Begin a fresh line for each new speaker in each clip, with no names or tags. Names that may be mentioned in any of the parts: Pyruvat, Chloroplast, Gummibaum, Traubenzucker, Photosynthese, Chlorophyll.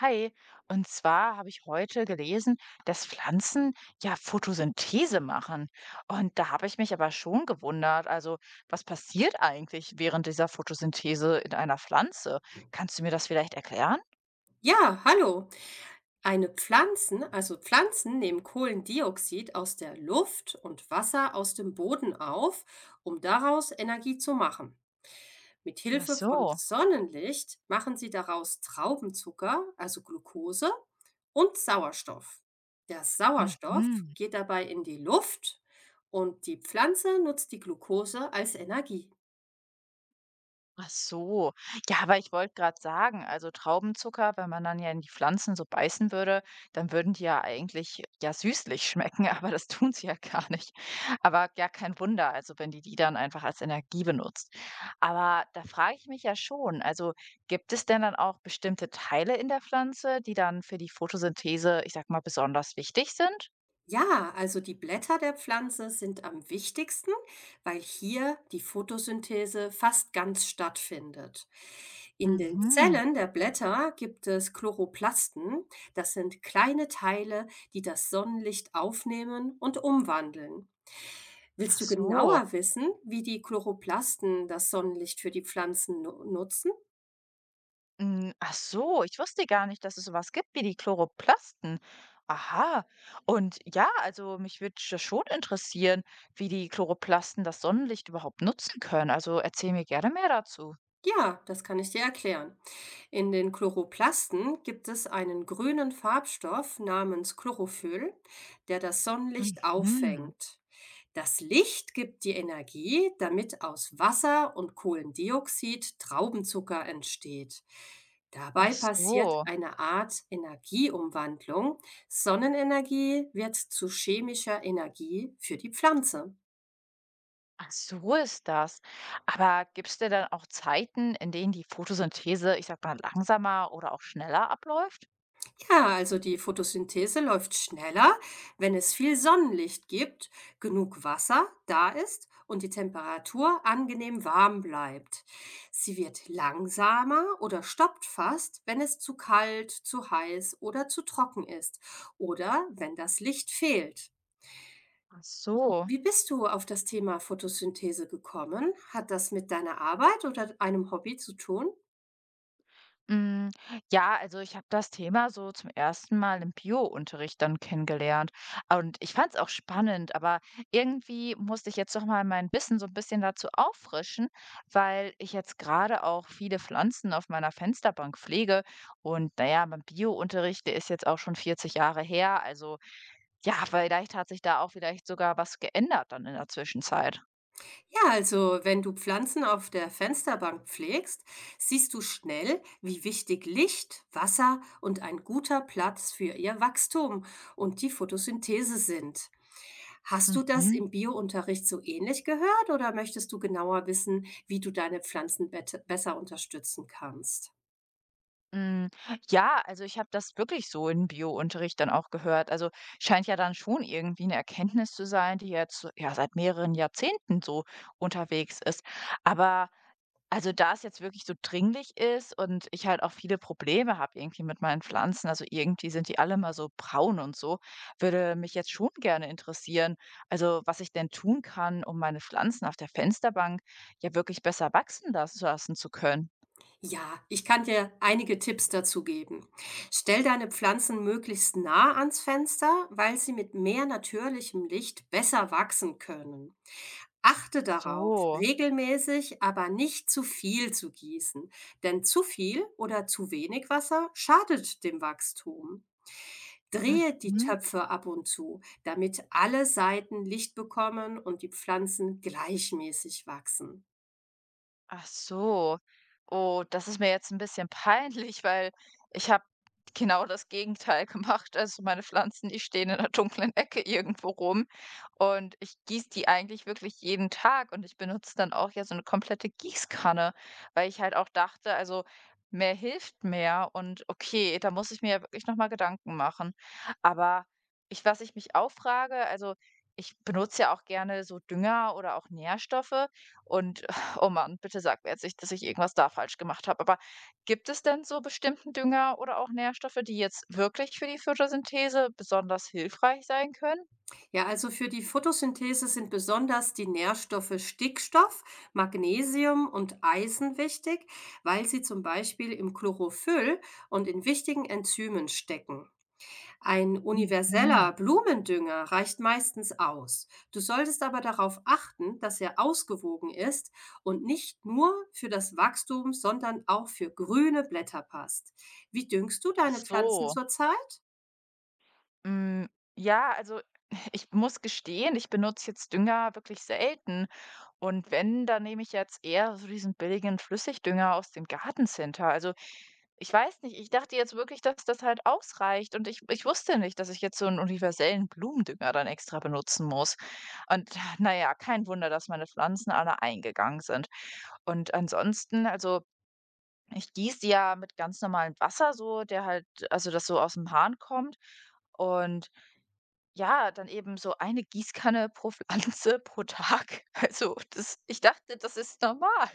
Hi, und zwar habe ich heute gelesen, dass Pflanzen ja Photosynthese machen. Und da habe ich mich aber schon gewundert, also was passiert eigentlich während dieser Photosynthese in einer Pflanze? Kannst du mir das vielleicht erklären?
Ja, hallo. Eine Pflanzen, also Pflanzen nehmen Kohlendioxid aus der Luft und Wasser aus dem Boden auf, um daraus Energie zu machen. Mit
Ach
Hilfe von
so.
Sonnenlicht machen sie daraus Traubenzucker, also Glucose, und Sauerstoff. Der Sauerstoff
Mhm.
geht dabei in die Luft und die Pflanze nutzt die Glucose als Energie.
Ach so. Ja, aber ich wollte gerade sagen, also Traubenzucker, wenn man dann ja in die Pflanzen so beißen würde, dann würden die ja eigentlich ja süßlich schmecken, aber das tun sie ja gar nicht. Aber ja, kein Wunder, also wenn die die dann einfach als Energie benutzt. Aber da frage ich mich ja schon, also gibt es denn dann auch bestimmte Teile in der Pflanze, die dann für die Photosynthese, ich sag mal, besonders wichtig sind?
Ja, also die Blätter der Pflanze sind am wichtigsten, weil hier die Photosynthese fast ganz stattfindet. In den
Mhm.
Zellen der Blätter gibt es Chloroplasten, das sind kleine Teile, die das Sonnenlicht aufnehmen und umwandeln. Willst
Ach
du
so.
genauer wissen, wie die Chloroplasten das Sonnenlicht für die Pflanzen nutzen?
Hm, ach so, ich wusste gar nicht, dass es so was gibt wie die Chloroplasten. Aha. Und ja, also mich würde schon interessieren, wie die Chloroplasten das Sonnenlicht überhaupt nutzen können. Also erzähl mir gerne mehr dazu.
Ja, das kann ich dir erklären. In den Chloroplasten gibt es einen grünen Farbstoff namens Chlorophyll, der das Sonnenlicht
Mhm.
auffängt. Das Licht gibt die Energie, damit aus Wasser und Kohlendioxid Traubenzucker entsteht.
Ach
Dabei passiert
so.
eine Art Energieumwandlung. Sonnenenergie wird zu chemischer Energie für die Pflanze.
Ach so ist das. Aber gibt es denn dann auch Zeiten, in denen die Photosynthese, ich sag mal, langsamer oder auch schneller abläuft?
Ja, also die Photosynthese läuft schneller, wenn es viel Sonnenlicht gibt, genug Wasser da ist und die Temperatur angenehm warm bleibt. Sie wird langsamer oder stoppt fast, wenn es zu kalt, zu heiß oder zu trocken ist oder wenn das Licht fehlt.
Ach so.
Wie bist du auf das Thema Photosynthese gekommen? Hat das mit deiner Arbeit oder einem Hobby zu tun?
Mm, Ja, also ich habe das Thema so zum ersten Mal im Bio-Unterricht dann kennengelernt. Und ich fand es auch spannend, aber irgendwie musste ich jetzt noch mal mein Wissen so ein bisschen dazu auffrischen, weil ich jetzt gerade auch viele Pflanzen auf meiner Fensterbank pflege. Und naja, mein Bio-Unterricht, der ist jetzt auch schon 40 Jahre her. Also ja, vielleicht hat sich da auch vielleicht sogar was geändert dann in der Zwischenzeit.
Ja, also wenn du Pflanzen auf der Fensterbank pflegst, siehst du schnell, wie wichtig Licht, Wasser und ein guter Platz für ihr Wachstum und die Photosynthese sind. Hast du das
Mhm.
im Biounterricht so ähnlich gehört oder möchtest du genauer wissen, wie du deine Pflanzen besser unterstützen kannst?
Hm, ja, also ich habe das wirklich so im Unterricht dann auch gehört. Also, scheint ja dann schon irgendwie eine Erkenntnis zu sein, die jetzt, ja, seit mehreren Jahrzehnten so unterwegs ist. Aber also, da es jetzt wirklich so dringlich ist und ich halt auch viele Probleme habe irgendwie mit meinen Pflanzen, also irgendwie sind die alle mal so braun und so, würde mich jetzt schon gerne interessieren, also, was ich denn tun kann, um meine Pflanzen auf der Fensterbank ja wirklich besser wachsen lassen zu können.
Ja, ich kann dir einige Tipps dazu geben. Stell deine Pflanzen möglichst nah ans Fenster, weil sie mit mehr natürlichem Licht besser wachsen können. Achte darauf,
So,
regelmäßig, aber nicht zu viel zu gießen, denn zu viel oder zu wenig Wasser schadet dem Wachstum. Drehe die
mhm.
Töpfe ab und zu, damit alle Seiten Licht bekommen und die Pflanzen gleichmäßig wachsen.
Ach so. Oh, das ist mir jetzt ein bisschen peinlich, weil ich habe genau das Gegenteil gemacht. Also, meine Pflanzen, die stehen in 'ner dunklen Ecke irgendwo rum und ich gieße die eigentlich wirklich jeden Tag und ich benutze dann auch ja so eine komplette Gießkanne, weil ich halt auch dachte, also, mehr hilft mehr und okay, da muss ich mir ja wirklich noch mal Gedanken machen. Aber ich was ich mich auch frage, also, ich benutze ja auch gerne so Dünger oder auch Nährstoffe und Oh Mann, bitte sag mir jetzt nicht, dass ich irgendwas da falsch gemacht habe. Aber gibt es denn so bestimmten Dünger oder auch Nährstoffe, die jetzt wirklich für die Photosynthese besonders hilfreich sein können?
Ja, also für die Photosynthese sind besonders die Nährstoffe Stickstoff, Magnesium und Eisen wichtig, weil sie zum Beispiel im Chlorophyll und in wichtigen Enzymen stecken. Ein universeller
Mhm.
Blumendünger reicht meistens aus. Du solltest aber darauf achten, dass er ausgewogen ist und nicht nur für das Wachstum, sondern auch für grüne Blätter passt. Wie düngst du
Ach
deine Pflanzen
so.
zurzeit?
Mm, ja, also ich muss gestehen, ich benutze jetzt Dünger wirklich selten. Und wenn, dann nehme ich jetzt eher so diesen billigen Flüssigdünger aus dem Gartencenter. Also, ich weiß nicht, ich dachte jetzt wirklich, dass das halt ausreicht und ich wusste nicht, dass ich jetzt so einen universellen Blumendünger dann extra benutzen muss. Und na ja, kein Wunder, dass meine Pflanzen alle eingegangen sind. Und ansonsten, also, ich gieße die ja mit ganz normalem Wasser so, der halt also, das so aus dem Hahn kommt und ja, dann eben so eine Gießkanne pro Pflanze pro Tag. Also, das ich dachte, das ist normal.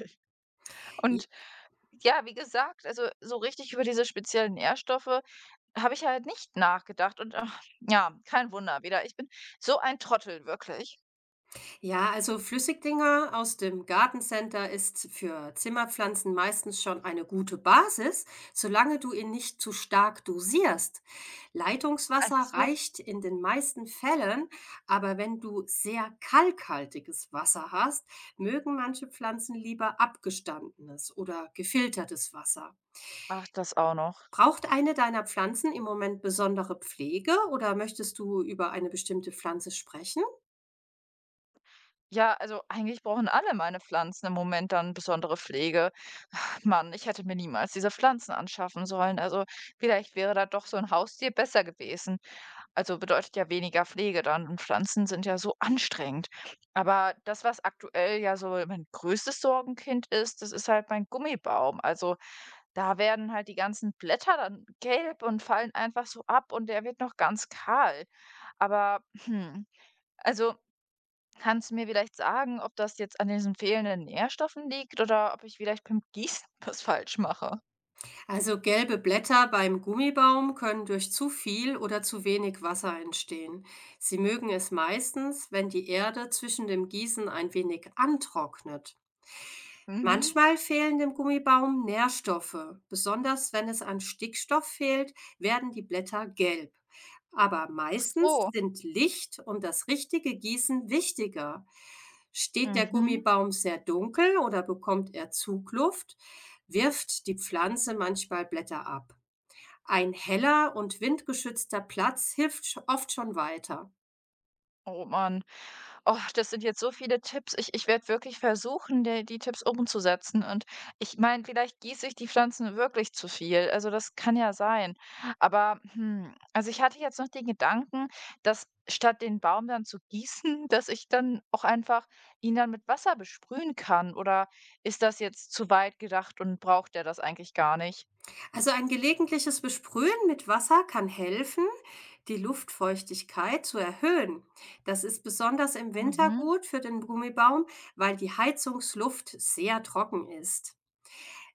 Und ja, wie gesagt, also so richtig über diese speziellen Nährstoffe habe ich halt nicht nachgedacht und ach, ja, kein Wunder wieder. Ich bin so ein Trottel, wirklich.
Ja, also Flüssigdünger aus dem Gartencenter ist für Zimmerpflanzen meistens schon eine gute Basis, solange du ihn nicht zu stark dosierst. Leitungswasser
Also,
reicht in den meisten Fällen, aber wenn du sehr kalkhaltiges Wasser hast, mögen manche Pflanzen lieber abgestandenes oder gefiltertes Wasser.
ach, das auch noch.
Braucht eine deiner Pflanzen im Moment besondere Pflege oder möchtest du über eine bestimmte Pflanze sprechen?
Ja, also eigentlich brauchen alle meine Pflanzen im Moment dann besondere Pflege. Ach, Mann, ich hätte mir niemals diese Pflanzen anschaffen sollen. Also vielleicht wäre da doch so ein Haustier besser gewesen. Also bedeutet ja weniger Pflege dann und Pflanzen sind ja so anstrengend. Aber das, was aktuell ja so mein größtes Sorgenkind ist, das ist halt mein Gummibaum. Also da werden halt die ganzen Blätter dann gelb und fallen einfach so ab und der wird noch ganz kahl. Aber also kannst du mir vielleicht sagen, ob das jetzt an diesen fehlenden Nährstoffen liegt oder ob ich vielleicht beim Gießen was falsch mache?
Also gelbe Blätter beim Gummibaum können durch zu viel oder zu wenig Wasser entstehen. Sie mögen es meistens, wenn die Erde zwischen dem Gießen ein wenig antrocknet.
Mhm.
Manchmal fehlen dem Gummibaum Nährstoffe. Besonders wenn es an Stickstoff fehlt, werden die Blätter gelb. Aber
Ach
meistens
so.
sind Licht und das richtige Gießen wichtiger. Steht der
Mhm.
Gummibaum sehr dunkel oder bekommt er Zugluft, wirft die Pflanze manchmal Blätter ab. Ein heller und windgeschützter Platz hilft oft schon weiter.
Oh Mann. Oh, das sind jetzt so viele Tipps. Ich werde wirklich versuchen, de die Tipps umzusetzen und ich meine, vielleicht gieße ich die Pflanzen wirklich zu viel. Also, das kann ja sein. Aber, also, ich hatte jetzt noch den Gedanken, dass statt den Baum dann zu gießen, dass ich dann auch einfach ihn dann mit Wasser besprühen kann oder ist das jetzt zu weit gedacht und braucht der das eigentlich gar nicht?
Also ein gelegentliches Besprühen mit Wasser kann helfen, die Luftfeuchtigkeit zu erhöhen. Das ist besonders im Winter
Mhm.
gut für den Gummibaum, weil die Heizungsluft sehr trocken ist.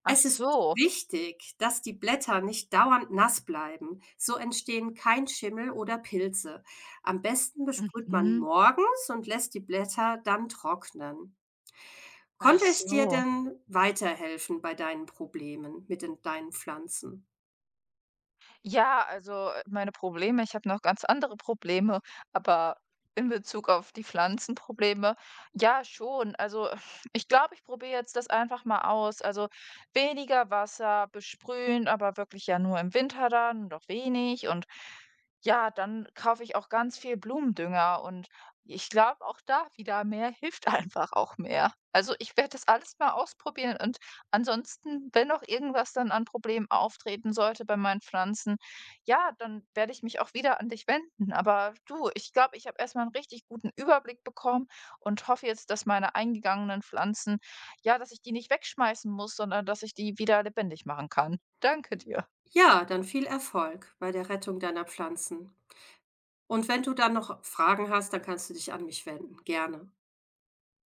Ach
Es ist
so.
wichtig, dass die Blätter nicht dauernd nass bleiben. So entstehen kein Schimmel oder Pilze. Am besten besprüht man
Mhm.
morgens und lässt die Blätter dann trocknen.
Ach
Konnte ich dir
so.
denn weiterhelfen bei deinen Problemen mit den, deinen Pflanzen?
Ja, also, meine Probleme ich habe noch ganz andere Probleme, aber in Bezug auf die Pflanzenprobleme, ja schon. Also, ich glaube, ich probiere jetzt das einfach mal aus. Also, weniger Wasser, besprühen, aber wirklich ja nur im Winter dann und wenig und ja, dann kaufe ich auch ganz viel Blumendünger und ich glaube, auch da wieder mehr hilft einfach auch mehr. Also, ich werde das alles mal ausprobieren und ansonsten, wenn noch irgendwas dann an Problemen auftreten sollte bei meinen Pflanzen, ja, dann werde ich mich auch wieder an dich wenden. Aber du, ich glaube, ich habe erst mal 'n richtig guten Überblick bekommen und hoffe jetzt, dass meine eingegangenen Pflanzen ja, dass ich die nicht wegschmeißen muss, sondern dass ich die wieder lebendig machen kann. Danke dir.
Ja, dann viel Erfolg bei der Rettung deiner Pflanzen. Und wenn du dann noch Fragen hast, dann kannst du dich an mich wenden. Gerne.